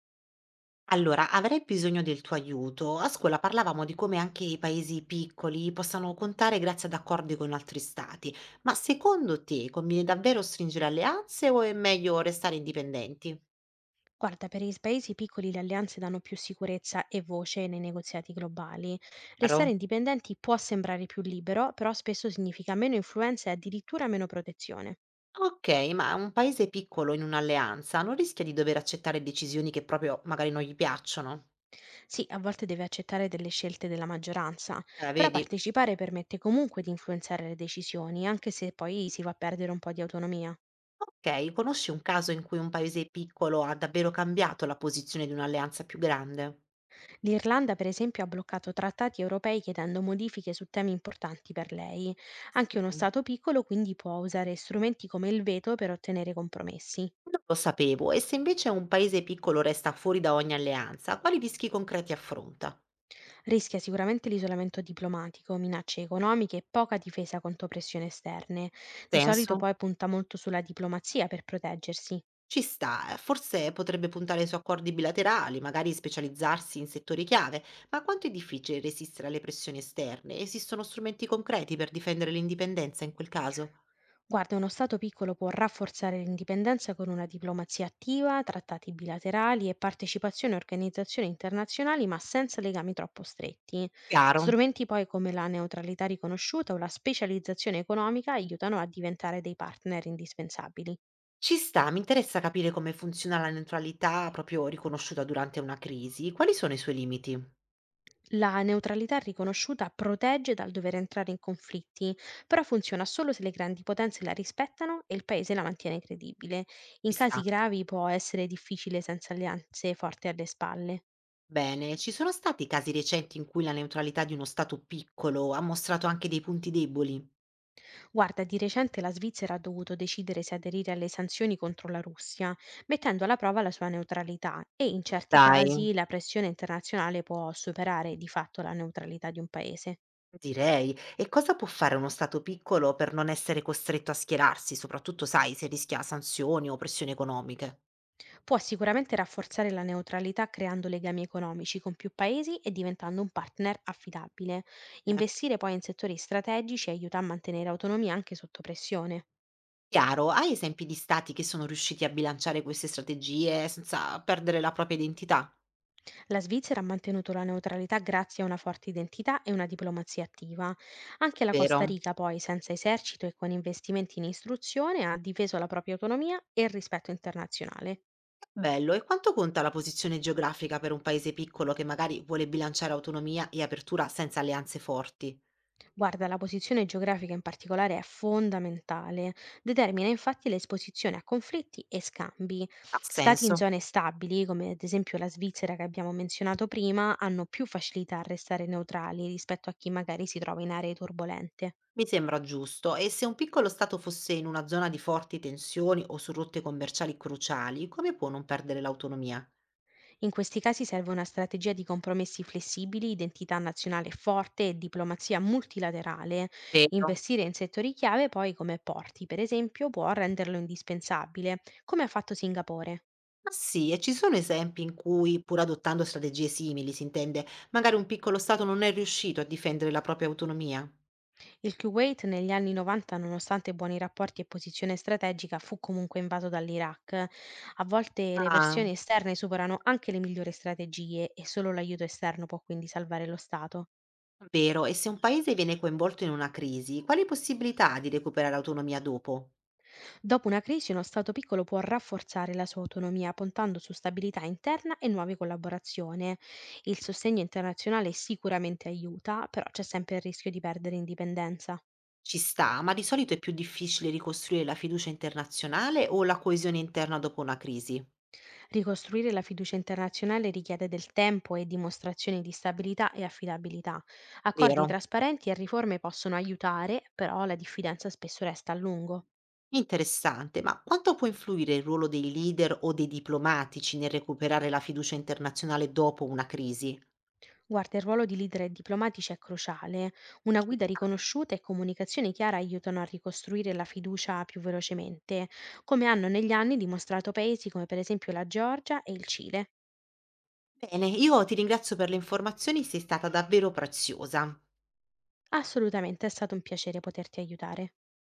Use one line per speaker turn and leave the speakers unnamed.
Allora, avrei bisogno del tuo aiuto. A scuola parlavamo di come anche i paesi piccoli possano contare grazie ad accordi con altri stati, ma secondo te conviene davvero stringere alleanze o è meglio restare indipendenti?
Guarda, per i s paesi piccoli le alleanze danno più sicurezza e voce nei negoziati globali. Restare
Chiaro?
indipendenti può sembrare più libero, però spesso significa meno influenza e addirittura meno protezione.
Ok, ma un paese piccolo in un'alleanza non rischia di dover accettare decisioni che proprio magari non gli piacciono?
Sì, a volte deve accettare delle scelte della maggioranza, però
Vedi?
partecipare permette comunque di influenzare le decisioni, anche se poi si va a perdere un po' di autonomia.
Ok, conosci un caso in cui un paese piccolo ha davvero cambiato la posizione di un'alleanza più grande?
L'Irlanda, per esempio, ha bloccato trattati europei chiedendo modifiche su temi importanti per lei. Anche uno
Sì.
Stato piccolo quindi può usare strumenti come il veto per ottenere compromessi.
Non lo sapevo, e se invece un paese piccolo resta fuori da ogni alleanza, quali rischi concreti affronta?
Rischia sicuramente l'isolamento diplomatico, minacce economiche e poca difesa contro pressioni esterne. Di solito
Senso?
poi punta molto sulla diplomazia per proteggersi.
Ci sta, forse potrebbe puntare su accordi bilaterali, magari specializzarsi in settori chiave, ma quanto è difficile resistere alle pressioni esterne? Esistono strumenti concreti per difendere l'indipendenza in quel caso?
Guarda, uno Stato piccolo può rafforzare l'indipendenza con una diplomazia attiva, trattati bilaterali e partecipazione a organizzazioni internazionali, ma senza legami troppo stretti.
Chiaro.
Strumenti poi come la neutralità riconosciuta o la specializzazione economica aiutano a diventare dei partner indispensabili.
Ci sta, mi interessa capire come funziona la neutralità proprio riconosciuta durante una crisi. Quali sono i suoi limiti?
La neutralità riconosciuta protegge dal dover entrare in conflitti, però funziona solo se le grandi potenze la rispettano e il paese la mantiene credibile.
Ci
In
sta.
casi gravi può essere difficile senza alleanze forti alle spalle.
Bene, ci sono stati casi recenti in cui la neutralità di uno Stato piccolo ha mostrato anche dei punti deboli?
Guarda, di recente la Svizzera ha dovuto decidere se aderire alle sanzioni contro la Russia, mettendo alla prova la sua neutralità e in certi
Dai.
casi la pressione internazionale può superare di fatto la neutralità di un paese.
Direi. E cosa può fare uno Stato piccolo per non essere costretto a schierarsi, soprattutto, sai, se rischia sanzioni o pressioni economiche?
Può sicuramente rafforzare la neutralità creando legami economici con più paesi e diventando un partner affidabile. Investire poi in settori strategici aiuta a mantenere autonomia anche sotto pressione.
Chiaro, hai esempi di Stati che sono riusciti a bilanciare queste strategie senza perdere la propria identità?
La Svizzera ha mantenuto la neutralità grazie a una forte identità e una diplomazia attiva. Anche la Costa
Vero.
Rica, poi, senza esercito e con investimenti in istruzione, ha difeso la propria autonomia e il rispetto internazionale.
Bello, e quanto conta la posizione geografica per un paese piccolo che magari vuole bilanciare autonomia e apertura senza alleanze forti?
Guarda, la posizione geografica in particolare è fondamentale, determina infatti l'esposizione a conflitti e scambi.
Ha
Stati in
senso?
zone stabili, come ad esempio la Svizzera che abbiamo menzionato prima, hanno più facilità a restare neutrali rispetto a chi magari si trova in aree turbolente.
Mi sembra giusto, e se un piccolo stato fosse in una zona di forti tensioni o su rotte commerciali cruciali, come può non perdere l'autonomia?
In questi casi serve una strategia di compromessi flessibili, identità nazionale forte e diplomazia multilaterale.
Vero?
Investire in settori chiave poi come porti, per esempio, può renderlo indispensabile, come ha fatto Singapore.
Ma sì, e ci sono esempi in cui, pur adottando strategie simili, si intende, magari un piccolo stato non è riuscito a difendere la propria autonomia.
Il Kuwait negli anni 90, nonostante buoni rapporti e posizione strategica, fu comunque invaso dall'Iraq. A volte le
Ah,
versioni esterne superano anche le migliori strategie e solo l'aiuto esterno può quindi salvare lo Stato.
vero, e se un paese viene coinvolto in una crisi, quali possibilità ha di recuperare autonomia dopo?
Dopo una crisi, uno Stato piccolo può rafforzare la sua autonomia puntando su stabilità interna e nuove collaborazioni. Il sostegno internazionale sicuramente aiuta, però c'è sempre il rischio di perdere indipendenza.
Ci sta, ma di solito è più difficile ricostruire la fiducia internazionale o la coesione interna dopo una crisi.
Ricostruire la fiducia internazionale richiede del tempo e dimostrazioni di stabilità e affidabilità. Accordi
Vero.
trasparenti e riforme possono aiutare, però la diffidenza spesso resta a lungo.
Interessante, ma quanto può influire il ruolo dei leader o dei diplomatici nel recuperare la fiducia internazionale dopo una crisi?
Guarda, il ruolo di leader e diplomatici è cruciale. Una
Ci
guida
sta.
riconosciuta e comunicazione chiara aiutano a ricostruire la fiducia più velocemente, come hanno negli anni dimostrato paesi come per esempio la Georgia e il Cile.
Bene, io ti ringrazio per le informazioni, sei stata davvero preziosa.
Assolutamente è stato un piacere poterti aiutare.